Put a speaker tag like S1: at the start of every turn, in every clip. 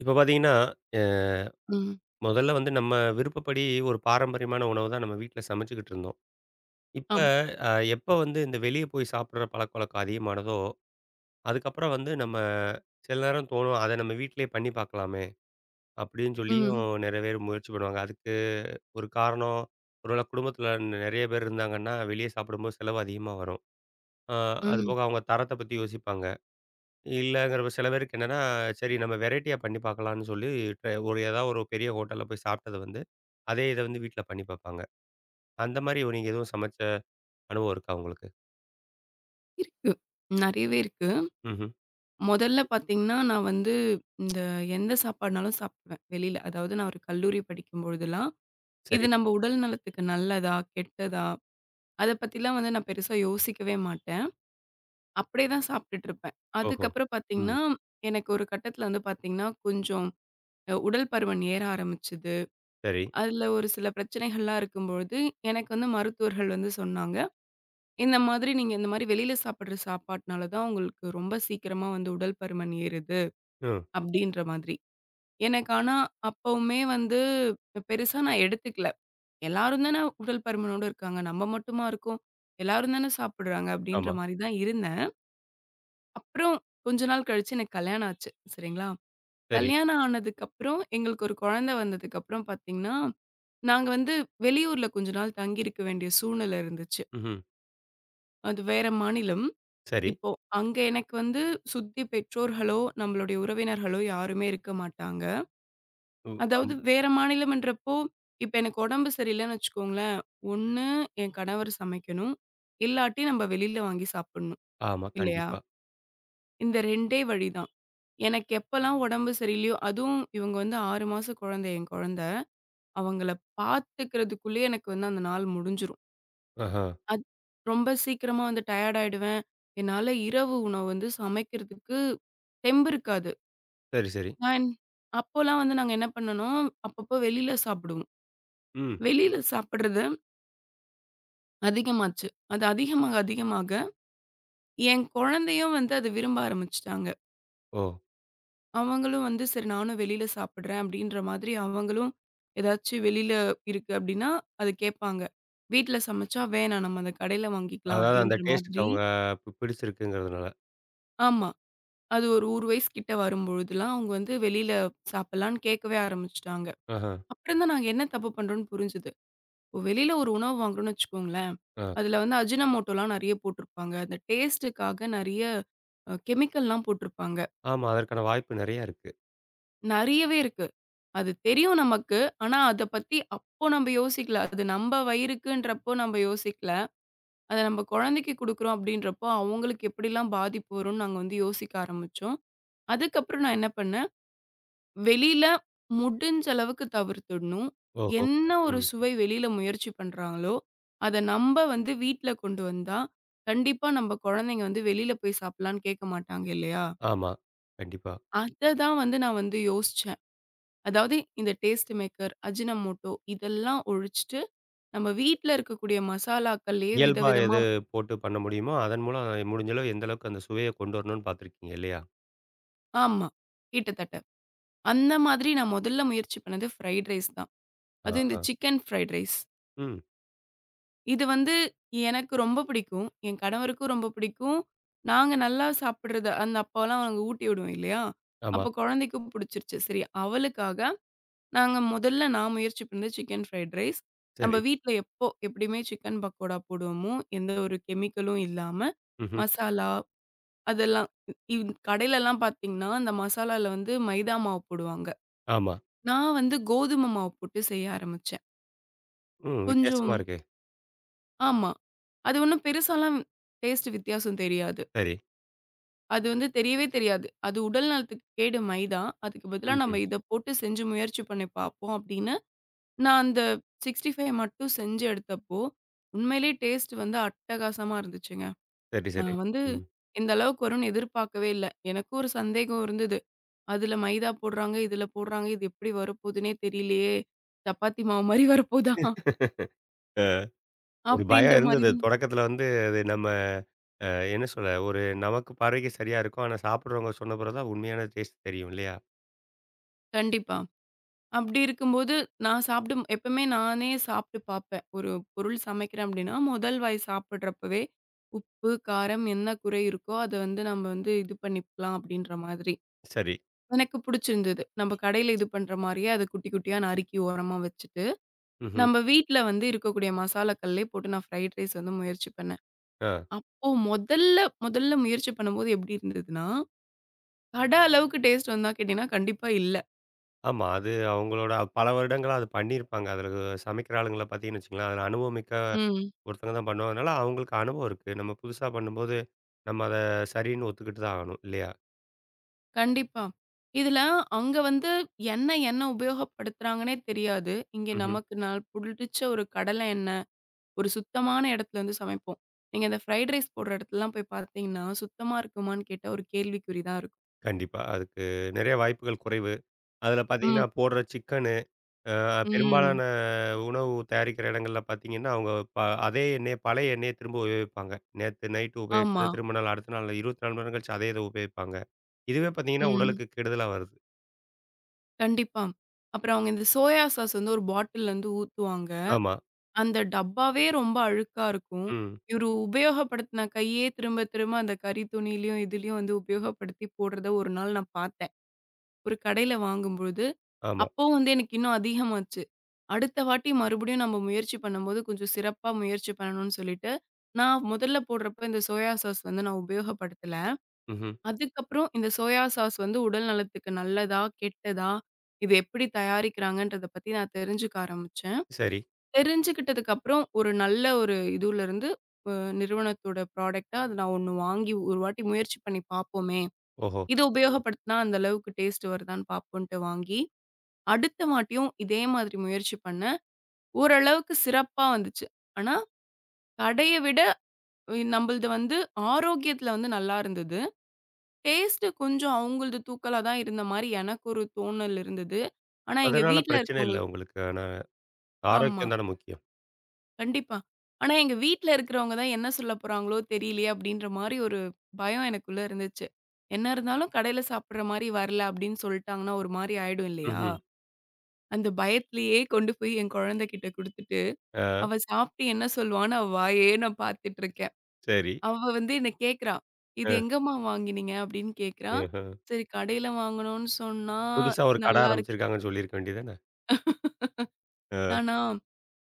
S1: இப்ப பார்த்தீங்கன்னா, அ
S2: ம்.
S1: முதல்ல வந்து நம்ம விருப்பப்படி ஒரு பாரம்பரியமான உணவு தான் நம்ம வீட்ல சமைச்சுக்கிட்டு இருந்தோம். இப்ப
S2: ஆமா.
S1: எப்ப வந்து இந்த வெளிய போய் சாப்பிடுற பழக்கவழக்கம் அதிகமானதோ, அதுக்கப்புறம் வந்து நம்ம சில நேரம் தோணும், "அத நம்ம வீட்லயே பண்ணி பார்க்கலாமே!" அப்படின்னு சொல்லியும்
S2: ம்.
S1: நெறைய பேர் முயற்சி பண்ணுவாங்க. அதுக்கு ஒரு காரணம், ஒருவேள குடும்பத்தில நெறைய பேர் இருந்தாங்கன்னா, வெளிய சாப்பிடும்போது செலவு அதிகமா வரும். அ
S2: ம்.
S1: அதுபோக அவங்க தரத்த பத்தி யோசிப்பாங்க. இல்லங்கிறப்ப சில பேருக்கு என்னன்னா, சரி நம்ம வெரைட்டியா பண்ணி பார்க்கலான்னு சொல்லி ட்ரை ஒரு ஏதாவது ஒரு பெரிய ஹோட்டல்ல போய் சாப்பிட்டத வந்து, அதே இத வந்து வீட்ல பண்ணி பார்ப்பாங்க. அந்த மாரி நீங்க எதுவும் சமைச்ச அனுபவம் இருக்கா உங்களுக்கு?
S2: இருக்கு. நெறையவே இருக்கு.
S1: ம்ஹ்ம்.
S2: மொதல்ல பார்த்தீங்கன்னா, நான் வந்து இந்த எந்த சாப்பாடுனாலும் சாப்பிடுவேன் வெளில. அதாவது நான் ஒரு கல்லூரி படிக்கும்பொழுதெல்லாம், இது
S1: சரி.
S2: நம்ம உடல் நலத்துக்கு நல்லதா? கெட்டதா? அத பத்திலாம் வந்து நான் பெருசா யோசிக்கவே மாட்டேன். அப்படியே தான் சாப்பிட்டுட்டு இருப்பேன்.
S1: ஓஹோ!
S2: அதுக்கப்புறம்
S1: ம்.
S2: பார்த்தீங்கன்னா, எனக்கு ஒரு கட்டத்தில வந்து பார்த்தீங்கன்னா, கொஞ்சம் உடல் பருமன் ஏற ஆரம்பிச்சது.
S1: சரி.
S2: அதுல ஒரு சில பிரச்சனைகள்லாம் இருக்கும்பொழுது, எனக்கு வந்து மருத்துவர்கள் வந்து சொன்னாங்க. இந்த மாதிரி நீங்க இந்த மாரி வெளியில சாப்பிடுற சாப்பாட்டுனால தான் உங்களுக்கு ரொம்ப சீக்கிரமா வந்து உடல் பருமன் ஏறுது
S1: ம்.
S2: அப்படின்ற மாதிரி. எனக்கு ஆனா அப்பவுமே வந்து பெருசா நான் எடுத்துக்கல. எல்லாரும் தானே உடல் பருமனோட இருக்காங்க. நம்ம மட்டுமா இருக்கோம். எல்லாரும் தானே சாப்பிடுறாங்க அப்படின்ற
S1: ஆமா.
S2: மாரி தான் இருந்தேன். அப்புறம் கொஞ்ச நாள் கழிச்சு எனக்கு கல்யாணம் ஆச்சு. சரிங்களா?
S1: சரி.
S2: கல்யாணம் ஆனதுக்கப்புறம் எங்களுக்கு ஒரு குழந்தை வந்ததுக்கப்புறம் பார்த்தீங்கன்னா, நாங்க வந்து வெளியூர்ல கொஞ்ச நாள் தங்கியிருக்க வேண்டிய சூழ்நிலை இருந்துச்சு.
S1: ம்ஹ்ம்.
S2: அது வேற மாநிலம்.
S1: சரி.
S2: இப்போ அங்க எனக்கு வந்து சுத்தி பெற்றோர்களோ, நம்மளுடைய உறவினர்களோ யாருமே இருக்க மாட்டாங்க.
S1: ம்.
S2: அதாவது
S1: ஆம்.
S2: வேற மாநிலம்ன்றப்போ, இப்ப எனக்கு உடம்பு சரியில்லன்னு வச்சுக்கோங்களேன், ஒண்ணு என் கணவர் சமைக்கணும், இல்லாட்டி நம்ம வெளில வாங்கி சாப்பிடணும்
S1: ஆமா.
S2: இல்லையா?
S1: கண்டிப்பா.
S2: இந்த 2டே வழிதான். எனக்கு எப்பலாம் உடம்பு சரியில்லையோ அதுவும் இவங்க வந்து 6 மாச குழந்தை என் குழந்தை. அவங்கள பார்த்துக்கிறதுக்குள்ளயே எனக்கு வந்து அந்த நாள் முடிஞ்சிரும்.
S1: ஆஹா.
S2: அது ரொம்ப சீக்கிரமா வந்து டயர்ட் ஆயிடுவேன். என்னால இரவு உணவு வந்து சமைக்கிறதுக்கு தெம்பு இருக்காது.
S1: சரி, சரி.
S2: நான் அப்போலாம் வந்து நாங்க என்ன பண்ணோம், அப்பப்போ வெளியில சாப்பிடுவோம்.
S1: ம்.
S2: வெளியில சாப்பிடுறது அதிகமாச்சு. அது அதிகமாக, அதிகமாக என் குழந்தையும் வந்து அத விரும்ப ஆரம்பிச்சுட்டாங்க.
S1: ஓ!
S2: அவங்களும் வந்து சரி நானும் வெளியில சாப்பிடுறேன் அப்படின்ற மாதிரி அவங்களும் ஏதாச்சும் வெளியில இருக்கு அப்படின்னா, அது கேட்பாங்க. வீட்ல சமைச்சா வேணாம் நம்ம அந்த கடையில வாங்கிக்கலாம்
S1: அதாவது அந்த
S2: அப்படின்ற
S1: டேஸ்ட்டுக்கு
S2: மாதிரி
S1: அவங்க பிடிச்சிருக்குங்கிறதுனால.
S2: ஆமா. அது ஒரு 1 வயசு கிட்ட வரும்பொழுதுலாம் அவங்க வந்து வெளியில சாப்பிடலான்னு கேட்கவே ஆரம்பிச்சுட்டாங்க.
S1: ஆஹா.
S2: அப்புறம் தான் நாங்க என்ன தப்பு பண்றோம்னு புரிஞ்சது. இப்போ வெளியில ஒரு உணவு வாங்குறோம்னு வச்சுக்கோங்களேன்,
S1: ஆ.
S2: அதுல வந்து அஜினோமோட்டோலாம் நெறைய போட்டிருப்பாங்க. அந்த டேஸ்ட்டுக்காக நெறைய கெமிக்கல்லாம் போட்டிருப்பாங்க.
S1: ஆமா. அதற்கான வாய்ப்பு நெறையா இருக்கு.
S2: நெறையவே இருக்கு. அது தெரியும் நமக்கு. ஆனா, அத பத்தி அப்போ நம்ப யோசிக்கல. அது நம்ப வயிறுக்குன்றப்போ நம்ப யோசிக்கல. அத நம்ப குழந்தைக்கு குடுக்குறோம் அப்படின்றப்போ, அவங்களுக்கு எப்படிலாம் பாதிப்பு வரும்னு நாங்க வந்து யோசிக்க ஆரம்பிச்சோம். அதுக்கப்புறம் நான் என்ன பண்ணேன் வெளியில முடிஞ்ச அளவுக்கு தவிர்த்துடணும்.
S1: ஓஹோ!
S2: என்ன ஒரு
S1: ம்.
S2: சுவை வெளியில முயற்சி பண்றாங்களோ, அத நம்ப வந்து வீட்ல கொண்டு வந்தா, கண்டிப்பா நம்ப குழந்தைங்க வந்து வெளியில போய் சாப்பிடலான்னு கேட்க மாட்டாங்க இல்லையா?
S1: ஆமா. கண்டிப்பா.
S2: அத தான் வந்து நான் வந்து யோசிச்சேன். அதாவது இந்த டேஸ்ட் மேக்கர், அஜினோமோட்டோ இதெல்லாம் ஒழிச்சுட்டு, நம்ம வீட்ல இருக்கக்கூடிய மசாலாக்கள்லயே
S1: இயல்பா
S2: விதவிதமா
S1: எது போட்டு பண்ண முடியுமோ, அதன் மூலம் முடிஞ்ச அளவு எந்த அளவுக்கு அந்த சுவைய கொண்டு வரணும்னு பார்த்துருக்கீங்க இல்லையா?
S2: ஆமா. கிட்டத்தட்ட. அந்த மாதிரி நான் முதல்ல முயற்சி பண்ணது ஃப்ரைட் ரைஸ் தான். அதுவும் இந்த
S1: ஆஹா.
S2: Chicken fried rice.
S1: ம்.
S2: இது வந்து எனக்கு ரொம்ப பிடிக்கும். என் கணவருக்கும் ரொம்ப பிடிக்கும். நாங்க நல்லா சாப்பிடுறது அந்த அப்போலாம் நாங்க ஊட்டி விடுவோம் இல்லையா?
S1: ஆமா.
S2: அப்போ குழந்தைக்கும் பிடிச்சிருச்சு. சரி அவளுக்காக நாங்க முதல்ல நான் முயற்சி பண்ணது சிக்கன் ஃப்ரைட் ரைஸ். நம்ம
S1: சரி.
S2: வீட்ல எப்போ எப்படியுமே சிக்கன் பக்கோடா போடுவோமோ, எந்த ஒரு கெமிக்கலும் இல்லாம,
S1: ம்ஹ்ம்.
S2: மசாலா அதெல்லாம் இவ் கடையிலலாம் பார்த்தீங்கன்னா, அந்த மசாலால வந்து மைதா மாவு போடுவாங்க.
S1: ஆமா.
S2: நான் வந்து கோதுமை மாவு போட்டு செய்ய ஆரம்பிச்சேன்.
S1: ம்.
S2: கொஞ்சம்
S1: வித்தியாசமா இருக்கே.
S2: ஆமா. அது ஒண்ணும் பெருசாலாம் டேஸ்ட் வித்தியாசம் தெரியாது.
S1: சரி.
S2: அது வந்து தெரியவே தெரியாது. அது உடல் நலத்துக்கு கேடு மைதா. அதுக்கு பதிலா நம்ம
S1: ம்ஹ்ம்.
S2: இத போட்டு செஞ்சு முயற்சி பண்ணி பார்ப்போம் அப்படின்னு, நான் அந்த 65 மட்டும் செஞ்சு எடுத்தப்போ, உண்மையிலேயே டேஸ்ட் வந்து அட்டகாசமா இருந்துச்சுங்க.
S1: சரி, சரி.
S2: நான் வந்து
S1: ம்.
S2: இந்த அளவுக்கு வரும்னு எதிர்பார்க்கவே இல்ல. எனக்கும் ஒரு சந்தேகம் இருந்தது. அதுல மைதா போடுறாங்க, இதுல போடுறாங்க. இது எப்படி வரப்போதுன்னே தெரியலையே! சப்பாத்தி மாவு மாரி வரப்போதா?
S1: அ. ஒரு
S2: அப்படின்ற
S1: பயம்
S2: மாரி
S1: இருந்தது. தொடக்கத்துல வந்து அது நம்ம அ என்ன சொல்ல, ஒரு நமக்கு பார்வைக்கு சரியா இருக்கும். ஆனா சாப்பிடுறவங்க சொன்ன பிறகு தான் உண்மையான டேஸ்ட் தெரியும் இல்லையா?
S2: கண்டிப்பா. அப்படி இருக்கும்போது, நான் சாப்பிடும் எப்பவுமே நானே சாப்பிட்டு பார்ப்பேன். ஒரு பொருள் சமைக்கிறேன் அப்படின்னா, முதல் வாய் சாப்பிடுறப்பவே, உப்பு, காரம் என்ன குறை இருக்கோ, அத வந்து நம்ம வந்து இது பண்ணிக்கலாம் அப்படின்ற மாதிரி.
S1: சரி.
S2: எனக்கு புடிச்சிருந்தது. நம்ம கடையில இது பண்ற மாரியே அத குட்டி குட்டியா நறுக்கி ஓரமா வச்சுட்டு,
S1: ம்ஹ்ம்.
S2: நம்ம வீட்ல வந்து இருக்கக்கூடிய மசாலாக்கள்லே போட்டு நான் ஃப்ரைட் ரைஸ் வந்து முயற்சி பண்ணேன்.
S1: ஆ.
S2: அப்போ முதல்ல முதல்ல முயற்சி பண்ணும்போது எப்படி இருந்ததுன்னா, கடை அளவுக்கு டேஸ்ட் வந்தா கேட்டீங்கன்னா, கண்டிப்பா இல்ல.
S1: ஆமா. அது அவங்களோட பல வருடங்களா அது பண்ணியிருப்பாங்க. அதுல சமைக்கிற ஆளுங்கள பார்த்தீங்கன்னு வச்சுக்கங்களேன், அதுல அனுபவமிக்க
S2: ம்.
S1: ஒருத்தங்க தான் பண்ணுவாங்க. அதனால அவங்களுக்கு அனுபவம் இருக்கு. நம்ம புதுசா பண்ணும்போது, நம்ம அத சரின்னு ஒத்துக்கிட்டு தான் ஆகணும் இல்லையா?
S2: கண்டிப்பா. இதுல அங்க வந்து எண்ணெய் என்ன உபயோகப்படுத்துறாங்கன்னே தெரியாது. இங்க
S1: ம்ஹ்ம்.
S2: நமக்கு நான் புடிச்ச ஒரு கடலை எண்ணெய், ஒரு சுத்தமான இடத்துல வந்து சமைப்போம். நீங்க இந்த ஃப்ரைட் ரைஸ் போடுற இடத்துலலாம் போய் பார்த்தீங்கன்னா, சுத்தமா இருக்குமான்னு கேட்டா ஒரு கேள்விக்குறி தான் இருக்கும்.
S1: கண்டிப்பா. அதுக்கு நெறைய வாய்ப்புகள் குறைவு. அதில பார்த்தீங்கன்னா,
S2: ம்,
S1: போடுற சிக்கனு,
S2: ம்.
S1: பெரும்பாலான உணவு தயாரிக்கிற இடங்கள்ல பார்த்தீங்கன்னா, அவங்க ப அதே எண்ணெய பழைய எண்ணெய திரும்ப உபயோகிப்பாங்க. நேத்து நைட்டு
S2: ஆமா.
S1: உபயோகிச்சத திரும்ப நாள் அடுத்த நாள் 24 மணி நேரம் கழிச்சு அதே இத உபயோகிப்பாங்க. இதுவே பார்த்தீங்கன்னா,
S2: ம்.
S1: உடலுக்கு கெடுதலா வருது.
S2: கண்டிப்பா. அப்புறம் அவங்க இந்த சோயா சாஸ் வந்து ஒரு பாட்டில்லேருந்து ஊத்துவாங்க.
S1: ஆமா.
S2: அந்த டப்பாவே ரொம்ப அழுக்கா இருக்கும்.
S1: ம்.
S2: இவரு உபயோகப்படுத்தின கையே திரும்ப திரும்ப அந்த கறி துணியிலயும், இதுலயும் வந்து உபயோகப்படுத்தி போடுறத ஒரு நாள் நான் பார்த்து ஒரு கடையில வாங்கும்பொழுது,
S1: ஆமா.
S2: அப்போ வந்து எனக்கு இன்னும் அதிகமாச்சு. அடுத்த வாட்டி மறுபடியும் நம்ம முயற்சி பண்ணும்போது, கொஞ்சம் சிறப்பா முயற்சி பண்ணணும்னு சொல்லிட்டு, நான் முதல்ல போடுறப்ப இந்த சோயா சாஸ் வந்து நான் உபயோகப்படுத்தல.
S1: ம்ஹ்ம்.
S2: அதுக்கப்புறம் இந்த சோயா சாஸ் வந்து உடல் நலத்துக்கு நல்லதா? கெட்டதா? இது எப்படி தயாரிக்கிறாங்கன்றத பத்தி நான் தெரிஞ்சுக்க ஆரம்பிச்சேன்.
S1: சரி.
S2: தெரிஞ்சுக்கிட்டதுக்கப்புறம் ஒரு நல்ல ஒரு இதுலருந்து அ நிறுவனத்தோட ப்ராடக்ட்டா அது நான் ஒண்ணு வாங்கி ஒரு வாட்டி முயற்சி பண்ணி பார்ப்போமே!
S1: ஓஹோ!
S2: இத
S1: ம்.
S2: உபயோகப்படுத்தினா அந்த அளவுக்கு டேஸ்ட் வருதான்னு பார்ப்போன்ட்டு வாங்கி அடுத்த வாட்டியும் இதே மாதிரி முயற்சி பண்ணேன். ஓரளவுக்கு சிறப்பா வந்துச்சு. ஆனா, கடைய விட நம்மளது வந்து ஆரோக்கியத்துல வந்து நல்லா இருந்தது. டேஸ்ட் கொஞ்சம் அவங்களது தூக்கலா தான் இருந்த மாரி எனக்கு ஒரு தோணல் இருந்தது. ஆனா, எங்க
S1: அதனால
S2: வீட்ல
S1: பிரச்சனை இல்ல
S2: இருக்கவங்களுக்கு
S1: உங்களுக்கு. ஆனா,
S2: ஆமா,
S1: ஆரோக்கியம் தானே முக்கியம்.
S2: கண்டிப்பா. ஆனா, எங்க வீட்ல இருக்கிறவங்க தான் என்ன சொல்ல போறாங்களோ தெரியலையே அப்படின்ற மாரி ஒரு பயம் எனக்குள்ள இருந்துச்சு. என்ன இருந்தாலும் கடையில சாப்பிடுற மாரி வரல அப்படின்னு சொல்லிட்டாங்கன்னா ஒரு மாரி ஆயிடும் இல்லையா?
S1: ம்ஹ்ம்.
S2: அந்த பயத்திலேயே கொண்டு போய் என் குழந்தைகிட்ட குடுத்துட்டு
S1: ஆ,
S2: அவ சாப்பிட்டு என்ன சொல்லுவான்னு அவ வாயே நான் பார்த்துட்டுருக்கேன்.
S1: சரி.
S2: அவ வந்து என்ன கேட்கிறா, "இது
S1: அ,
S2: எங்கம்மா வாங்கினீங்க?" அப்படின்னு கேட்கிறா.
S1: ஆஹ.
S2: "சரி கடையில வாங்குனோம்ன்னு சொன்னா,
S1: புதுசா ஒரு கடை
S2: நல்லா இருக்கு"
S1: ஆரம்பிச்சிருக்காங்கன்னு சொல்லியிருக்க வேண்டியது தானே? அ.
S2: நானா,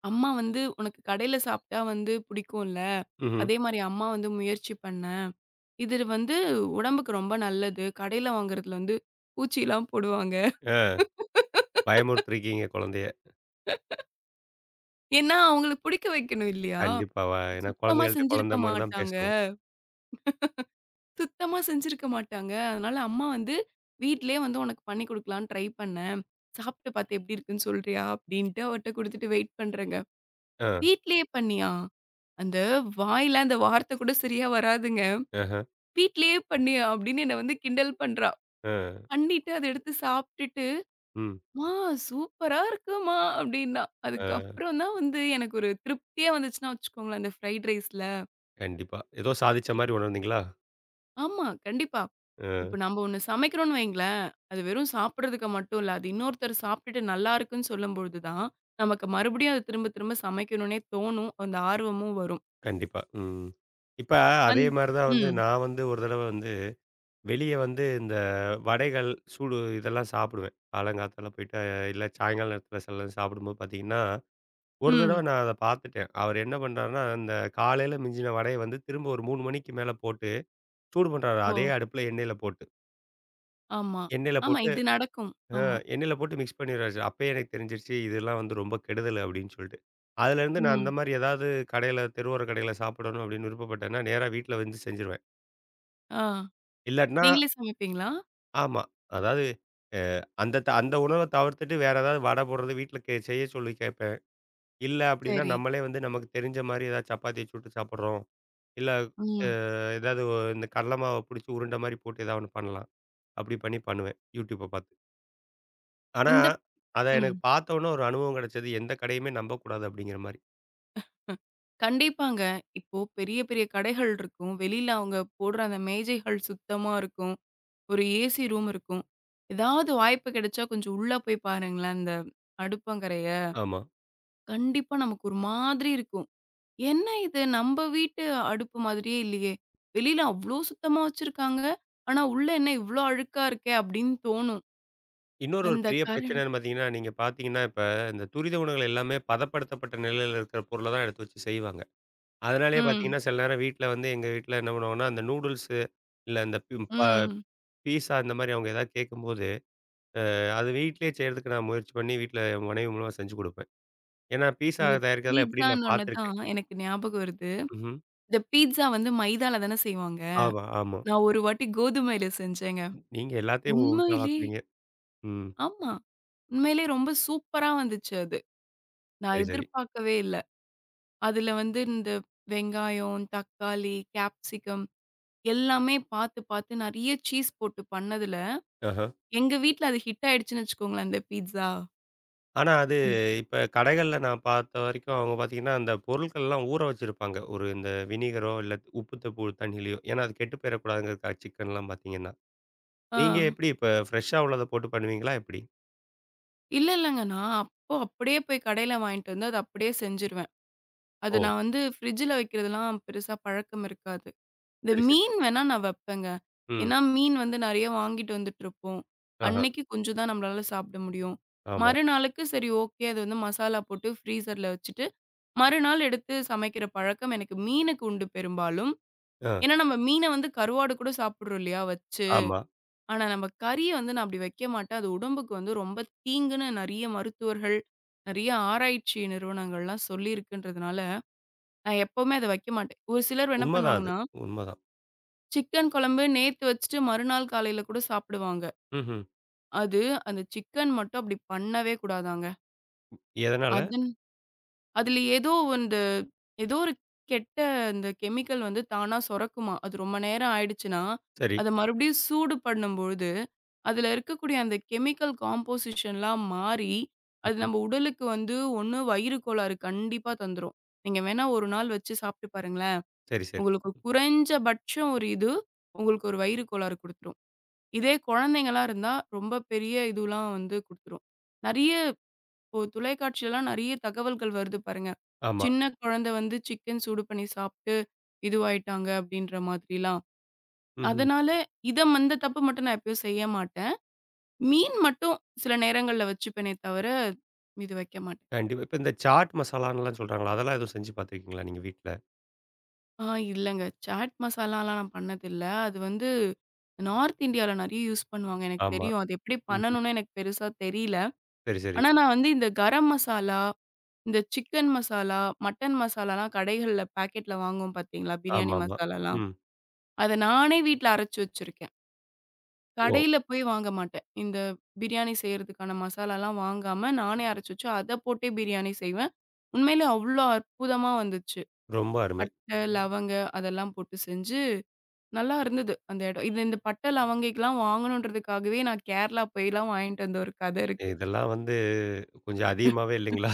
S2: "அம்மா வந்து உனக்கு கடையில சாப்பிட்டா வந்து பிடிக்கும்ல.
S1: ம்ஹ்ம்.
S2: அதே மாரி அம்மா வந்து முயற்சி பண்ணேன். இது வந்து உடம்புக்கு ரொம்ப நல்லது. கடையில வாங்குறதுல வந்து பூச்சிலாம் போடுவாங்க."
S1: அ பயமுறுத்திருக்கீங்க குழந்தைய.
S2: ஏன்னா அவங்களுக்கு பிடிக்க வைக்கணும் இல்லையா?
S1: கண்டிப்பா. ஏன்னா
S2: சுத்தமா
S1: குழந்தைகள்ட்ட
S2: செஞ்சிருக்க
S1: குழந்தை மாரி தான்
S2: மாட்டாங்க.
S1: பேசணும்.
S2: சுத்தமா செஞ்சிருக்க மாட்டாங்க. அதனால அம்மா வந்து, "வீட்லயே வந்து உனக்கு பண்ணி குடுக்கலான்னு ட்ரை பண்ணேன். சாப்பிட்டு பார்த்து எப்படி இருக்குன்னு சொல்றியா?" அப்படின்ட்டு அவட்ட குடுத்துட்டு வெயிட் பண்றேங்க.
S1: அ,
S2: "வீட்லயே பண்ணியா?" அந்த வாயில அந்த வார்த்தை கூட சரியா வராதுங்க.
S1: ஆஹ,
S2: "வீட்லயே பண்ணியா?" அப்படின்னு என்ன வந்து கிண்டல் பண்றா.
S1: அ,
S2: பண்ணிட்டு அத எடுத்து சாப்பிட்டுட்டு,
S1: ம்.
S2: "ம்மா சூப்பரா இருக்கும்மா" அப்படின்னா.
S1: அ
S2: அதுக்கப்புறம் தான் வந்து எனக்கு ஒரு திருப்தியா வந்துச்சுன்னா வச்சுக்கோங்களேன், அந்த ஃப்ரைட் ரைஸ்ல.
S1: கண்டிப்பா. ஏதோ சாதிச்ச மாரி உணர்ந்தீங்களா?
S2: ஆமா, கண்டிப்பா.
S1: அ
S2: இப்ப நம்ம ஒண்ணு சமைக்கிறோம்னு வைங்களேன், அது வெறும் சாப்பிடுறதுக்கு மட்டும் இல்ல. அது இன்னொருத்தர் சாப்பிட்டுட்டு நல்லா இருக்குன்னு சொல்லும்பொழுது தான், நமக்கு மறுபடியும் அத திரும்ப திரும்ப சமைக்கணும்னே தோணும். அந்த ஆர்வமும் வரும்.
S1: கண்டிப்பா. ம். இப்ப அதே
S2: அந்
S1: மாரி தான் வந்து
S2: ம்.
S1: நான் வந்து ஒரு தடவ வந்து வெளிய வந்து இந்த வடைகள், சூடு இதெல்லாம் சாப்பிடுவேன். காலங்காத்தால போயிட்டு இல்ல சாயங்கால நேரத்தில சில சாப்பிடும்போது பார்த்தீங்கன்னா ஒரு தடவ
S2: ம்.
S1: நான் அத பார்த்துட்டேன். அவரு என்ன பண்றாருன்னா, அந்த காலையில மிஞ்சின வடைய வந்து திரும்ப ஒரு 3 மணிக்கு மேல போட்டு, சூடு பண்றாரு. அதே
S2: ஓ!
S1: அடுப்புல எண்ணெயில போட்டு.
S2: ஆமா.
S1: எண்ணெயில
S2: ஆமா.
S1: போட்டு
S2: இது நடக்கும். ஆமா.
S1: எண்ணெயில போட்டு மிக்ஸ் பண்ணிடுறாரு. அப்பயே எனக்கு தெரிஞ்சிருச்சு, இதெல்லாம் வந்து ரொம்ப கெடுதல் அப்டின்னு சொல்லிட்டு. அதுலேருந்து நான் அந்த
S2: ம்.
S1: மாரி ஏதாவது கடையில தெருவோர கடையில சாப்பிடணும் அப்படின்னு விருப்பப்பட்டேன்னா, நேரா வீட்ல வந்து செஞ்சுருவேன்.
S2: ஆ.
S1: இல்லாட்டினா
S2: நீங்களே சமைப்பீங்களா?
S1: ஆமா. அதாவது அ அந்த அந்த உணவ தவிர்த்துட்டு வேற ஏதாவது வடை போடுறது வீட்ல செய்ய சொல்லி கேட்பேன். இல்ல அப்படின்னா,
S2: சரி.
S1: நம்மளே வந்து நமக்கு தெரிஞ்ச மாரி ஏதாவது சப்பாத்திய சுட்டு சாப்பிடுறோம். இல்ல அ
S2: ம்.
S1: ஏதாவது இந்த கடல மாவ புடிச்சு உருண்ட மாரி போட்டு ஏதாவது ஒண்ணு பண்ணலாம். அப்படி பண்ணி பண்ணுவேன், YouTubeஅ பார்த்து. ஆனா,
S2: இந்த
S1: அத
S2: ம்.
S1: எனக்கு பார்த்தோன ஒரு அனுபவம் கிடைச்சது. எந்த கடையுமே நம்பக்கூடாது அப்படிங்கிற மாரி.
S2: ஹ். கண்டிப்பாங்க. இப்போ பெரிய பெரிய கடைகள் இருக்கும். வெளியில அவங்க போடுற அந்த மேஜைகள் சுத்தமா இருக்கும். ஒரு ஏசி ரூம் இருக்கும். ஏதாவது வாய்ப்பு கிடைச்சா கொஞ்சம் உள்ள போய் பாருங்களேன், அந்த அடுப்பங்கரைய.
S1: ஆமா.
S2: கண்டிப்பா நமக்கு ஒரு மாதிரி இருக்கும். என்ன இது நம்ப வீட்டு அடுப்பு மாதிரியே இல்லையே! வெளியில அவ்ளோ சுத்தமா வச்சிருக்காங்க. ஆனா உள்ள என்ன இவ்ளோ அழுக்கா இருக்கே! அப்பிடின்னு தோணும்.
S1: இன்னொரு ஒரு
S2: அந்த
S1: பெரிய பிரச்சனை
S2: கரண்
S1: என்னன்னு பார்த்தீங்கன்னா, நீங்க பார்த்தீங்கன்னா, இப்ப இந்த துரித உணவுகள் எல்லாமே பதப்படுத்தப்பட்ட நிலையில இருக்கிற பொருள தான் எடுத்து வச்சு செய்வாங்க. அதனாலேயே
S2: ம்,
S1: பார்த்தீங்கன்னா, சில நேரம் வீட்ல வந்து எங்க வீட்ல என்ன பண்ணுவாங்கன்னா, அந்த நூடுல்ஸு இல்ல இந்த பி ப
S2: ம்.
S1: பீஸா இந்த மாரி அவங்க ஏதாவது கேட்கும்போது, அது வீட்லயே செய்றதுக்கு நான் முயற்சி பண்ணி வீட்ல என் மனைவி மூலமா செஞ்சு குடுப்பேன். ஏன்னா பீஸா
S2: நீங்க
S1: தயாரிக்கிறதெல்லாம் எப்படின்னு நான்
S2: பீட்ஸான்னொன்ன
S1: பார்த்துருக்கேன்.
S2: தான் எனக்கு ஞாபகம் வருது.
S1: ம்ஹ்ம்.
S2: இந்த பீட்ஸா வந்து மைதால தானே செய்வாங்க.
S1: ஆமா, ஆமா.
S2: நான் ஒரு வாட்டி கோதுமையில செஞ்சேங்க.
S1: நீங்க எல்லாத்தையும்
S2: உண்மையிலே
S1: உல்டாவாக்குறீங்க. ம்.
S2: ஆமா. உண்மையிலே ரொம்ப சூப்பரா வந்துச்சு அது. நான்
S1: சரி, சரி.
S2: எதிர்பார்க்கவே இல்ல. அதுல வந்து இந்த வெங்காயம், தக்காளி, கேப்சிகம் எல்லாமே பார்த்து, பார்த்து நெறைய சீஸ் போட்டு பண்ணதுல,
S1: ஆஹா.
S2: எங்க வீட்ல அது ஹிட் ஆயிடுச்சுன்னு வச்சுக்கோங்களேன், அந்த பீட்ஸா.
S1: ஆனா அது
S2: ம்.
S1: இப்ப கடைகள்ல நான் பார்த்த வரைக்கும் அவங்க பார்த்தீங்கன்னா, அந்த பொருட்கள்லாம் ஊற வச்சிருப்பாங்க. ஒரு இந்த வினிகரோ, இல்ல உப்பு தூள் தண்ணீலயோ. ஏன்னா அது கெட்டு போயிறக்கூடாதுங்கிறதுக்காக சிக்கன்லாம் பார்த்தீங்கன்னா.
S2: ஆ.
S1: நீங்க எப்படி இப்ப ஃப்ரெஷ்ஷா உள்ளத போட்டு பண்ணுவீங்களா எப்படி?
S2: இல்ல, இல்லங்க. நான் அப்போ அப்படியே போய் கடையில வாங்கிட்டு வந்து, அத அப்படியே செஞ்சுருவேன். அத
S1: ஓ!
S2: நான் வந்து ஃப்ரிட்ஜ்ல வைக்கிறதெல்லாம் பெருசா பழக்கம் இருக்காது. இந்த
S1: சரி, சரி.
S2: மீன் வேணா நான் வைப்பேங்க.
S1: ம்.
S2: ஏன்னா, மீன் வந்து நெறைய வாங்கிட்டு வந்துட்டுருப்போம்.
S1: ஆஹா.
S2: அன்னைக்கு கொஞ்சம் தான் நம்மளால சாப்பிட முடியும்.
S1: ஆமா.
S2: மறுநாளுக்கு சரி ஓகே. அது வந்து மசாலா போட்டு ஃப்ரீசர்ல வச்சுட்டு மறுநாள் எடுத்து சமைக்கிற பழக்கம் எனக்கு மீனுக்கு உண்டு பெரும்பாலும்.
S1: ஆ.
S2: ஏன்னா, நம்ம மீன வந்து கருவாடு கூட சாப்பிடுறோம் இல்லையா வச்சு.
S1: ஆமா.
S2: ஆனா, நம்ம கறிய வந்து நான் அப்படி வைக்க மாட்டேன். அது உடம்புக்கு வந்து ரொம்ப தீங்குன்னு நெறைய மருத்துவர்கள், நெறைய ஆராய்ச்சி நிறுவனங்கள்லாம் சொல்லியிருக்குன்றதுனால, நான் எப்பவுமே அத வைக்க மாட்டேன். ஒரு சிலர் என்ன
S1: உண்மதான் அது.
S2: பண்ணுவாங்கன்னா,
S1: உண்மதான்.
S2: சிக்கன் குழம்பு நேத்து வச்சுட்டு மறுநாள் காலையில கூட சாப்பிடுவாங்க.
S1: ம்ஹ்ம்.
S2: அது அந்த சிக்கன் மட்டும் அப்படி பண்ணவே கூடாதாங்க.
S1: எதனால?
S2: அதனால அதுல ஏதோ வந்து ஏதோ ஒரு கெட்ட அந்த கெமிக்கல் வந்து தானா சுரக்குமாம். அது ரொம்ப நேரம் ஆயிடுச்சுன்னா,
S1: சரி.
S2: அத மறுபடியும் சூடு பண்ணும்பொழுது, அதுல இருக்கக்கூடிய அந்த கெமிக்கல் காம்போசிஷன்லாம் மாறி, அது
S1: ம்ஹ்ம்.
S2: நம்ம உடலுக்கு வந்து ஒண்ணு வயிறு கோளாறு கண்டிப்பா தந்துரும். நீங்க வேணா ஒரு நாள் வச்சு சாப்பிட்டு பாருங்களேன்.
S1: சரி, சரி.
S2: உங்களுக்கு குறைஞ்சபட்சம் ஒரு இது, உங்களுக்கு ஒரு வயிறு கோளாறு குடுத்துரும். இதே குழந்தைங்களா இருந்தா, ரொம்ப பெரிய இதுலாம் வந்து குடுத்துரும். நெறைய இப்போ தொலைக்காட்சிலலாம் நெறைய தகவல்கள் வருது பாருங்க.
S1: ஆமா.
S2: சின்ன குழந்தை வந்து சிக்கன் சூடு பண்ணி சாப்ட்டு இதுவாயிட்டாங்க அப்டின்ற மாதிரிலாம்.
S1: ம்ஹ்ம்.
S2: அதனால இத அந்த தப்பு மட்டும் நான் எப்பயும் செய்ய மாட்டேன். மீன் மட்டும் சில நேரங்கள்ல வச்சுப்பேனே தவிர, இது வைக்க மாட்டேன்.
S1: கண்டிப்பா. இப்ப இந்த சாட் மசாலான்லாம் சொல்றாங்கல்ல, அதெல்லாம் எதுவும் செஞ்சு பார்த்துருக்கீங்களா நீங்க வீட்ல?
S2: ஆ இல்லங்க. சாட் மசாலாலாம் நான் பண்ணதில்ல. அது வந்து நார்த் இந்தியால நெறைய யூஸ் பண்ணுவாங்க. எனக்கு
S1: ஆமா.
S2: தெரியும். அது எப்டி
S1: ம்ஹ்ம்.
S2: பண்ணணும்னு எனக்கு பெருசா தெரியல.
S1: சரி, சரி.
S2: ஆனா நான் வந்து இந்த கரம் மசாலா இந்த சிக்கன் மசாலா, மட்டன் மசாலாலாம் கடைகள்ல பாக்கெட்ல வாங்குவோம் பாத்தீங்களா? பிரியாணி
S1: ஆமாமா.
S2: மசாலாலாம்.
S1: ம்.
S2: அத நானே வீட்ல அரைச்சு வச்சிருக்கேன்.
S1: ஓ!
S2: கடையில போய் வாங்க மாட்டேன். இந்த பிரியாணி செய்றதுக்கான மசாலாலாம் வாங்காம, நானே அரைச்சு வச்சு, அத போட்டே பிரியாணி செய்வேன். உண்மையிலே அவ்ளோ அற்புதமா வந்துச்சு.
S1: ரொம்ப அருமை.
S2: பட்டை, லவங்க அதெல்லாம் போட்டு செஞ்சு நல்லா இருந்தது அந்த இடம். இது இந்த பட்டை, லவங்கைக்கெல்லாம் வாங்கணுன்றதுக்காகவே நான் கேரளா போய்லாம் வாங்கிட்டு வந்த ஒரு கதை இருக்கு.
S1: இதெல்லாம் வந்து கொஞ்சம் அதிகமாவே இல்லைங்களா?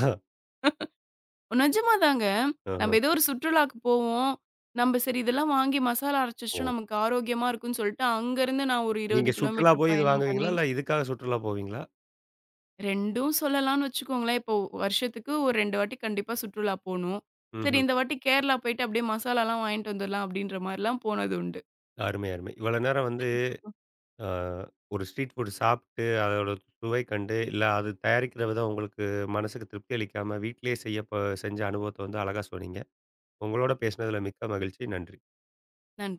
S2: நிஜமாதாங்க.
S1: ஆஹ.
S2: நம்ம ஏதோ ஒரு சுற்றுலாக்கு போவோம். நம்ம சரி இதெல்லாம் வாங்கி மசாலா அரைச்சு
S1: ஓ!
S2: வச்சுட்டோம் நமக்கு ஆரோக்கியமா இருக்கும்ன்னு சொல்லிட்டு, அங்கருந்து நான் ஒரு 20
S1: நீங்க சுற்றுலா
S2: கிலோமீட்டர்
S1: போய் இது
S2: பயணம்
S1: வாங்குவீங்களா?
S2: பண்ணி
S1: இல்ல இதுக்காக சுற்றுலா போவீங்களா?
S2: 2ம் சொல்லலாம்ன்னு வச்சுக்கோங்களேன். இப்போ வருஷத்துக்கு ஒரு 2 வாட்டி கண்டிப்பா சுற்றுலா போணும். சரி
S1: ம்ஹ்ம்.
S2: இந்த வாட்டி கேரளா போயிட்டு அப்படியே மசாலாலாம் வாங்கிட்டு வந்துரலாம் அப்படின்ற மாரிலாம் போனது உண்டு.
S1: அருமை, அருமை. இவ்வளோ நேரம் வந்து அ ஒரு ஸ்ட்ரீட் ஃபுட் சாப்பிட்டு அதோட சுவை கண்டு, இல்ல அது தயாரிக்கிற விதம் உங்களுக்கு மனசுக்கு திருப்தி அளிக்காம வீட்லயே செய்ய செஞ்ச அனுபவத்த வந்து அழகா சொன்னீங்க. உங்களோட பேசினதுல மிக்க மகிழ்ச்சி. நன்றி.
S2: நன்றி.